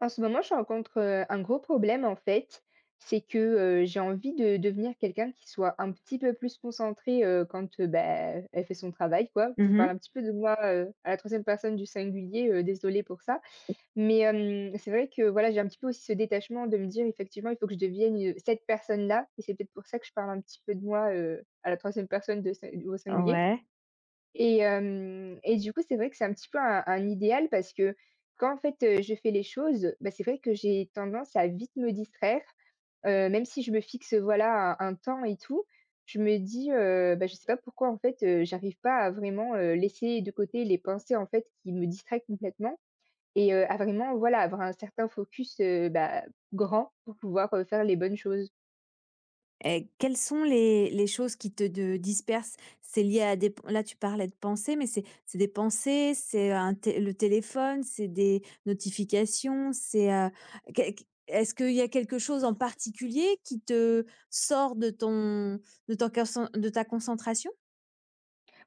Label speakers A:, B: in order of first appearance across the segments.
A: En ce moment, je rencontre, un gros problème en fait, c'est que, j'ai envie de devenir quelqu'un qui soit un petit peu plus concentré, quand, bah, elle fait son travail quoi. Je vous parle
B: Mmh.
A: un petit peu de moi, à la troisième personne du singulier, désolée pour ça. Mais, c'est vrai que voilà, j'ai un petit peu aussi ce détachement de me dire: «Effectivement, il faut que je devienne, cette personne-là» et c'est peut-être pour ça que je parle un petit peu de moi, à la troisième personne de sin au singulier.
B: Ouais.
A: Et hem et du coup, c'est vrai que c'est un petit peu un idéal parce que quand, en fait, je fais les choses, bah, c'est vrai que j'ai tendance à vite me distraire, même si je me fixe, voilà, un temps et tout. Je me dis, bah, je sais pas pourquoi, en fait, j'arrive pas à vraiment, laisser de côté les pensées, en fait, qui me distraient complètement et à vraiment, voilà, avoir un certain focus, bah, grand pour pouvoir, faire les bonnes choses.
B: Et quelles sont les choses qui te de dispersent? C'est lié à des là, tu parlais de pensées, mais c'est des pensées, c'est un té le téléphone, c'est des notifications, c'est, qu'est qu est-ce qu'il y a quelque chose en particulier qui te sort de ton concen de ta concentration?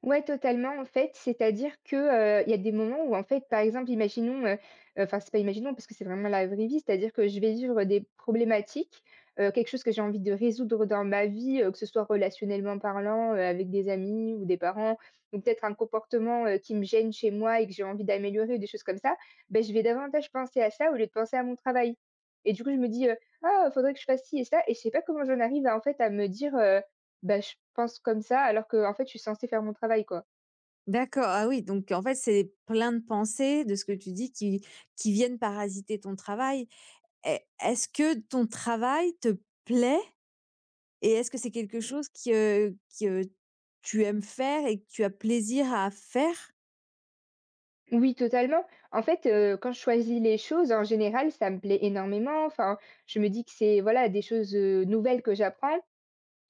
A: Ouais, totalement, en fait. C'est-à-dire que, il y a des moments où, en fait, par exemple, imaginons, enfin, c'est pas imaginons parce que c'est vraiment la vraie vie, c'est-à-dire que je vais vivre des problématiques, quelque chose que j'ai envie de résoudre dans ma vie, que ce soit relationnellement parlant, avec des amis ou des parents ou peut-être un comportement, qui me gêne chez moi et que j'ai envie d'améliorer ou des choses comme ça, ben je vais davantage penser à ça au lieu de penser à mon travail et du coup, je me dis, «Ah, faudrait que je fasse ci et ça» et je sais pas comment j'en arrive à, en fait, à me dire, bah, je pense comme ça, alors que en fait, je suis censée faire mon travail, quoi.
B: D'accord, ah oui, donc en fait, c'est plein de pensées, de ce que tu dis, qui viennent parasiter ton travail. Est est-ce que ton travail te plaît? Et est-ce que c'est quelque chose qui, tu aimes faire et que tu as plaisir à faire?
A: Oui, totalement. En fait, quand je choisis les choses, en général, ça me plaît énormément. Enfin, je me dis que c'est, voilà, des choses, nouvelles que j'apprends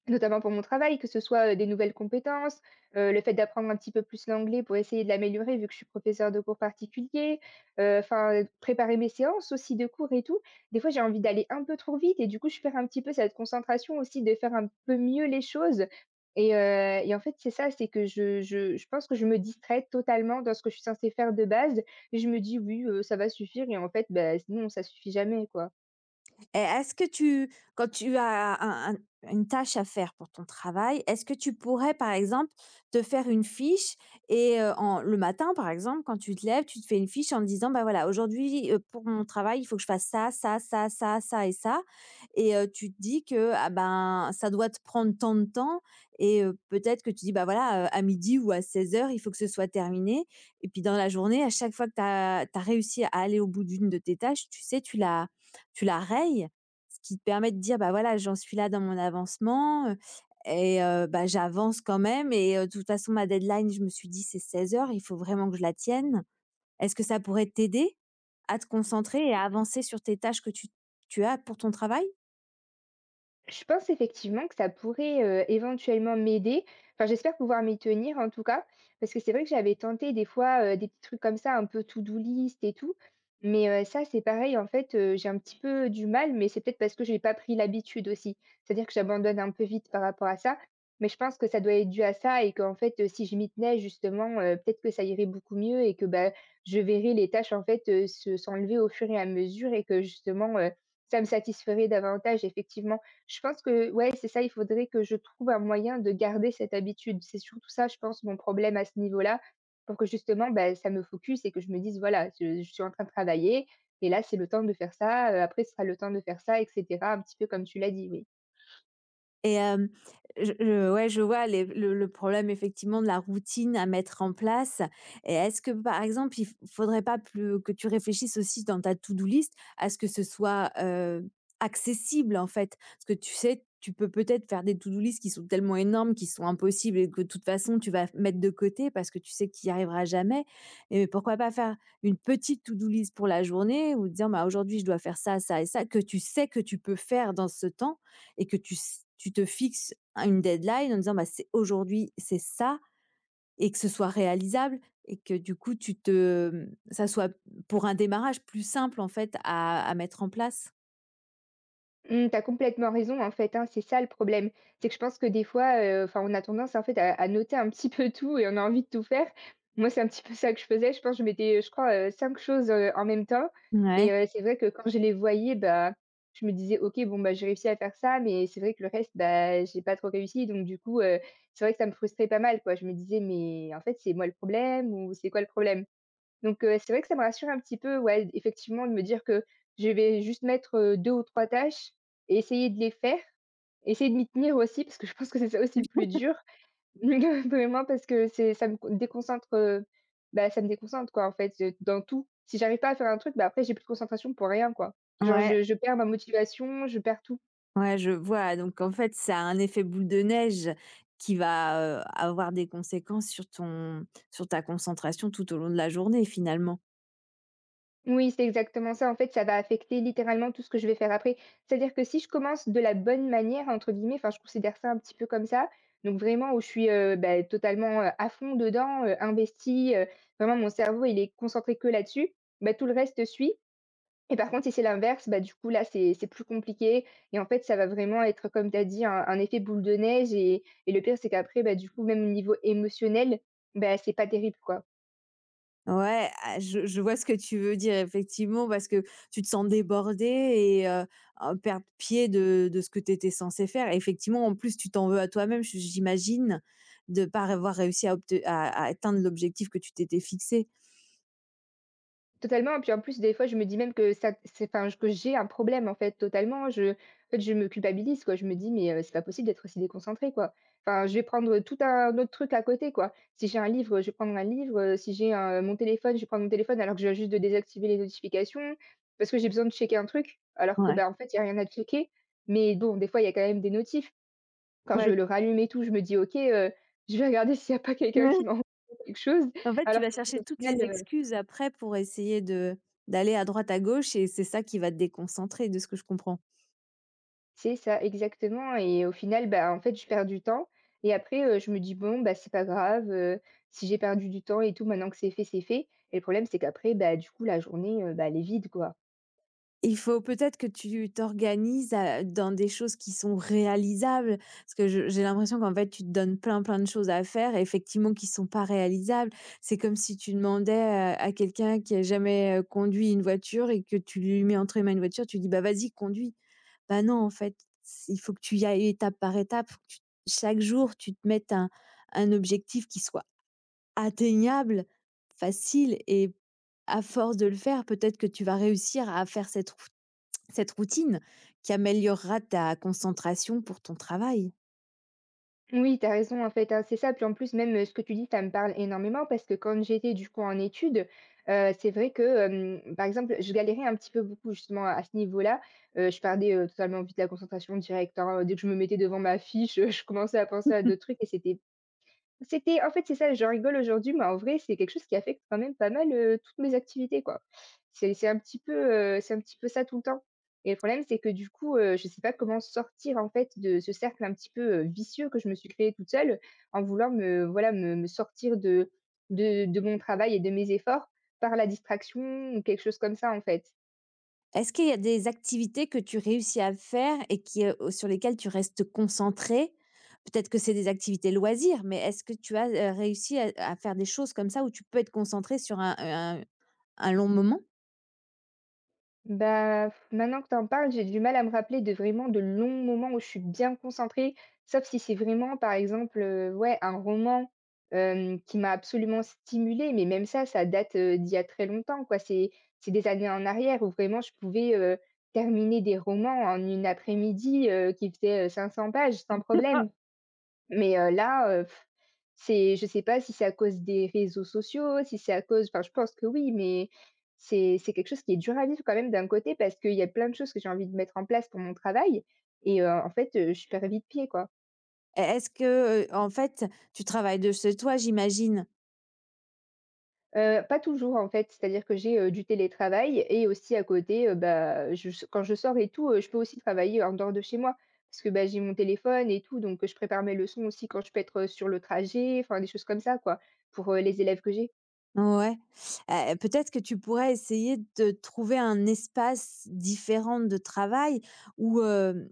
A: notamment pour mon travail, que ce soit, des nouvelles compétences, le fait d'apprendre un petit peu plus l'anglais pour essayer de l'améliorer vu que je suis professeur de cours particuliers, enfin, préparer mes séances aussi de cours et tout. Des fois, j'ai envie d'aller un peu trop vite et du coup, je perds un petit peu cette concentration aussi de faire un peu mieux les choses et en fait, c'est ça, c'est que je pense que je me distrais totalement dans ce que je suis censée faire de base et je me dis: «Oui, ça va suffire» et en fait, bah, non, ça suffit jamais, quoi.
B: Et est-ce que tu quand tu as un une tâche à faire pour ton travail, est-ce que tu pourrais, par exemple, te faire une fiche et en le matin, par exemple, quand tu te lèves, tu te fais une fiche en te disant: «Bah, voilà, aujourd'hui, pour mon travail, il faut que je fasse ça, ça, ça, ça, ça et ça» et tu te dis que, ah ben, ça doit te prendre tant de temps et peut-être que tu dis: «Bah, voilà, à midi ou à 16 heures il faut que ce soit terminé» et puis dans la journée, à chaque fois que tu as réussi à aller au bout d'une de tes tâches, tu sais, tu la rayes, ce qui te permet de dire: «Bah, voilà, j'en suis là dans mon avancement, et bah, j'avance quand même et de toute façon, ma deadline, je me suis dit, c'est 16 heures il faut vraiment que je la tienne». Est-ce que ça pourrait t'aider à te concentrer et à avancer sur tes tâches que tu as pour ton travail?
A: Je pense effectivement que ça pourrait, éventuellement m'aider. Enfin, j'espère pouvoir m'y tenir en tout cas, parce que c'est vrai que j'avais tenté des fois, des petits trucs comme ça, un peu to do list et tout, mais, ça c'est pareil en fait, j'ai un petit peu du mal, mais c'est peut-être parce que je n'ai pas pris l'habitude aussi. C'est-à-dire que j'abandonne un peu vite par rapport à ça, mais je pense que ça doit être dû à ça et qu'en fait, si je m'y tenais justement, peut-être que ça irait beaucoup mieux et que, bah, je verrais les tâches en fait, se s'enlever au fur et à mesure et que justement, ça me satisferait davantage effectivement. Je pense que ouais, c'est ça, il faudrait que je trouve un moyen de garder cette habitude. C'est surtout ça, je pense, mon problème à ce niveau-là, pour que justement, bah, ça me focus et que je me dise: «Voilà, je suis en train de travailler et là, c'est le temps de faire ça, après ce sera le temps de faire ça» et cetera, un petit peu comme tu l'as dit, oui.
B: Et je ouais, je vois les le problème effectivement de la routine à mettre en place et est-ce que, par exemple, il f faudrait pas plus que tu réfléchisses aussi dans ta to-do list à ce que ce soit, accessible, en fait? Parce que tu sais, tu peux peut-être faire des to-do list qui sont tellement énormes, qui sont impossibles et que de toute façon tu vas mettre de côté parce que tu sais que tu y arriveras jamais et pourquoi pas faire une petite to-do list pour la journée ou dire: «Bah, aujourd'hui je dois faire ça, ça et ça», que tu sais que tu peux faire dans ce temps et que tu te fixes un une deadline en disant: «Bah, c'est aujourd'hui, c'est ça» et que ce soit réalisable et que du coup ça soit pour un démarrage plus simple en fait à mettre en place.
A: Mmh, tu complètement raison en fait, hein, c'est ça le problème. C'est que je pense que des fois, enfin on a tendance en fait à noter un petit peu tout et on a envie de tout faire. Moi, c'est un petit peu ça que je faisais. Je pense que je mettais, je crois, 5 choses, en même temps et
B: Ouais,
A: c'est vrai que quand je les voyais, bah, je me disais: «OK, bon, bah, j'ai réussi à faire ça», mais c'est vrai que le reste, bah, j'ai pas trop réussi donc du coup, c'est vrai que ça me frustrait pas mal quoi. Je me disais: «Mais en fait, c'est moi le problème ou c'est quoi le problème?» Donc c'est vrai que ça me rassure un petit peu, ouais, effectivement, de me dire que je vais juste mettre, 2 ou 3 tâches et essayer de les faire, essayer de m'y tenir aussi parce que je pense que c'est ça aussi le plus dur. Vraiment parce que c'est ça me con déconcentre, bah, ça me déconcentre, quoi, en fait, dans tout. Si j'arrive pas à faire un truc, bah, après j'ai plus de concentration pour rien, quoi. Genre
B: ouais,
A: je perds ma motivation, je perds tout.
B: ouais, je vois donc en fait, ça a un effet boule de neige qui va, avoir des conséquences sur ton sur ta concentration tout au long de la journée finalement.
A: Oui, c'est exactement ça. En fait, ça va affecter littéralement tout ce que je vais faire après. C'est-à-dire que si je commence de la «bonne manière» entre guillemets, enfin, je considère ça un petit peu comme ça, donc vraiment où je suis, bah, totalement, à fond dedans, investie, vraiment mon cerveau il est concentré que là-dessus, bah, tout le reste suit et par contre si c'est l'inverse, bah, du coup là c'est plus compliqué et en fait ça va vraiment être comme tu as dit un effet boule de neige et le pire c'est qu'après, bah, du coup même au niveau émotionnel, bah, c'est pas terrible, quoi.
B: Ouais, ah, je vois ce que tu veux dire effectivement parce que tu te sens débordé et perdre pied de ce que tu étais censée faire. Et effectivement, en plus, tu t'en veux à toi-même, j'imagine, de ne pas avoir réussi à obte à atteindre l'objectif que tu t'étais fixé.
A: Totalement, puis en plus des fois je me dis même que ça c'est enfin que j'ai un problème en fait totalement, je en fait je me culpabilise quoi, je me dis: «Mais, c'est pas possible d'être aussi déconcentré, quoi». Enfin je vais prendre tout un autre truc à côté quoi. Si j'ai un livre, je vais prendre un livre, si j'ai un mon téléphone, je vais prendre mon téléphone alors que je viens juste de désactiver les notifications, parce que j'ai besoin de checker un truc, alors que,
B: Ouais.
A: bah, en fait il y a rien à checker. Mais bon, des fois il y a quand même des notifs. Quand je
B: Ouais.
A: le rallume et tout, je me dis: «OK, je vais regarder s'il n'y a pas quelqu'un qui
B: Ouais.
A: m'a envoyé quelque chose»,
B: En fait, tu
A: alors
B: vas
A: qu'en fait
B: chercher
A: au
B: toutes
A: final,
B: les excuses après pour essayer de d'aller à droite à gauche et c'est ça qui va te déconcentrer de ce que je comprends.
A: c'est ça, exactement et au final, bah, en fait, je perds du temps et après, je me dis: «Bon, bah, c'est pas grave, si j'ai perdu du temps et tout, maintenant que c'est fait» et le problème, c'est qu'après, bah, du coup, la journée, bah, elle est vide, quoi.
B: Il faut peut-être que tu t'organises, dans des choses qui sont réalisables. Parce que je j'ai l'impression qu'en fait, tu te donnes plein, plein de choses à faire, et effectivement, qui sont pas réalisables. C'est comme si tu demandais, à quelqu'un qui a jamais, conduit une voiture et que tu lui mets entre les mains une voiture, tu lui dis: «Bah, vas-y, conduis». Bah, non, en fait, c il faut que tu y ailles étape par étape. Faut que tu chaque jour, tu te mettes un objectif qui soit atteignable, facile et à force de le faire, peut-être que tu vas réussir à faire cette routine qui améliorera ta concentration pour ton travail.
A: Oui, t'as raison, en fait, hein, c'est ça. Puis, en plus, même, ce que tu dis, ça me parle énormément parce que quand j'étais, du coup, en études, c'est vrai que, par exemple, je galérais un petit peu beaucoup, justement, à ce niveau-là. Je perdais, totalement vite la concentration directe, hein, dès que je me mettais devant ma fiche, je commençais à penser à d'autres trucs. C'était en fait, c'est ça, j'en rigole aujourd'hui, mais en vrai, c'est quelque chose qui affecte quand même pas mal, toutes mes activités, quoi. C'est un petit peu, c'est un petit peu ça tout le temps et le problème, c'est que du coup, je sais pas comment sortir, en fait, de ce cercle un petit peu, vicieux que je me suis créé toute seule en voulant me voilà, me me sortir de mon travail et de mes efforts par la distraction ou quelque chose comme ça, en fait.
B: Est-ce qu'il y a des activités que tu réussis à faire et qui, sur lesquelles tu restes concentré? Peut-être que c'est des activités loisirs, mais est-ce que tu as, réussi à faire des choses comme ça où tu peux être concentré sur un un long moment?
A: Bah, maintenant que tu en parles, j'ai du mal à me rappeler de vraiment de longs moments où je suis bien concentrée, sauf si c'est vraiment, par exemple, ouais, un roman qui m'a absolument stimulée, mais même ça, ça date d'il y a très longtemps, quoi. C'est des années en arrière où vraiment je pouvais terminer des romans en une après-midi qui faisait 500 pages sans problème. Mais là, c'est je sais pas si c'est à cause des réseaux sociaux, si c'est à cause enfin, je pense que oui, mais c'est quelque chose qui est dur à vivre quand même d'un côté parce qu'il y a plein de choses que j'ai envie de mettre en place pour mon travail et en fait, je perds vite-pied, quoi.
B: E est-ce que, en fait, tu travailles de chez toi, j'imagine?
A: Pas toujours, en fait, c'est-à-dire que j'ai, du télétravail et aussi à côté, bah, je quand je sors et tout, je peux aussi travailler en dehors de chez moi parce que, bah, j'ai mon téléphone et tout donc je prépare mes leçons aussi quand je peux être, sur le trajet, enfin des choses comme ça, quoi, pour, les élèves que j'ai.
B: Ouais, peut-être que tu pourrais essayer de trouver un espace différent de travail où,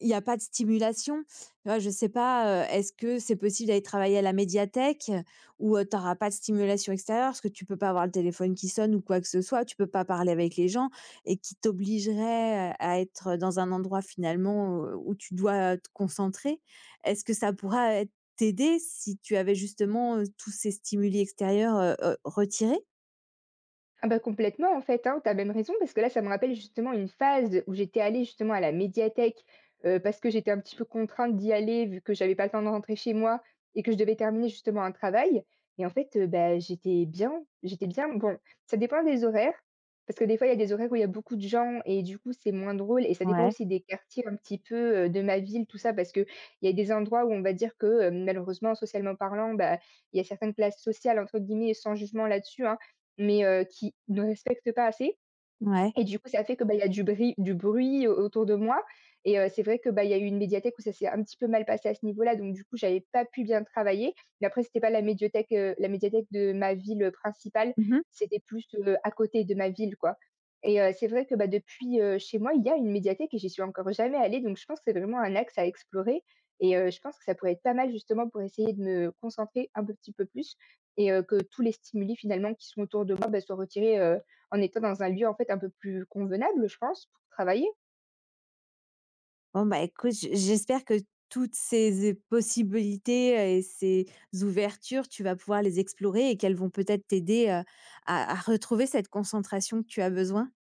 B: il n'y a pas de stimulation. Tu vois, je ne sais pas, est-ce que c'est possible d'aller travailler à la médiathèque où, tu n'auras pas de stimulation extérieure? Parce que tu peux pas avoir le téléphone qui sonne ou quoi que ce soit, tu peux pas parler avec les gens et qui t'obligerait, à être dans un endroit finalement, où tu dois te concentrer. Est-ce que ça pourrait être t'aider si tu avais justement, tous ces stimuli extérieurs, retirés?
A: Ah bah complètement en fait, hein, tu même raison parce que là, ça me rappelle justement une phase où j'étais allée justement à la médiathèque, parce que j'étais un petit peu contrainte d'y aller vu que j'avais pas le temps de rentrer chez moi et que je devais terminer justement un travail et en fait, bah, j'étais bien. Bon, ça dépend des horaires parce que des fois, il y a des horaires où il y a beaucoup de gens et du coup, c'est moins drôle et ça dépend
B: Ouais,
A: aussi des quartiers un petit peu, de ma ville, tout ça parce que il y a des endroits où on va dire que, malheureusement, socialement parlant, bah, il y a certaines classes sociales entre guillemets, sans jugement là-dessus, hein mais qui ne respectent pas assez
B: ouais.
A: et du coup, ça fait que, bah, il y a du bruit au autour de moi et c'est vrai que, bah, il y a eu une médiathèque où ça s'est un petit peu mal passé à ce niveau-là, donc du coup, j'avais pas pu bien travailler. Mais après, c'était pas la médiathèque, la médiathèque de ma ville, principale,
B: Mmh.
A: c'était plus, à côté de ma ville, quoi. Et c'est vrai que, bah, depuis, chez moi, il y a une médiathèque et j'y suis encore jamais allée, donc je pense que c'est vraiment un axe à explorer et je pense que ça pourrait être pas mal justement pour essayer de me concentrer un peu petit peu plus et que tous les stimuli finalement qui sont autour de moi, bah, soient retirés, en étant dans un lieu, en fait, un peu plus convenable, je pense, pour travailler.
B: Bon, bah, écoute, j'espère que toutes ces é possibilités, et ces ouvertures, tu vas pouvoir les explorer et qu'elles vont peut-être t'aider, à retrouver cette concentration que tu as besoin.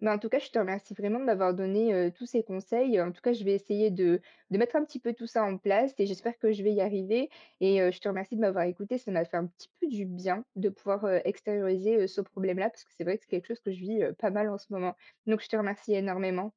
A: Mais en tout cas, je te remercie vraiment de m'avoir donné, tous ces conseils. En tout cas, je vais essayer de mettre un petit peu tout ça en place et j'espère que je vais y arriver et je te remercie de m'avoir écoutée. Ça m'a fait un petit peu du bien de pouvoir, extérioriser, ce problème-là parce que c'est vrai que c'est quelque chose que je vis, pas mal en ce moment. Donc je te remercie énormément.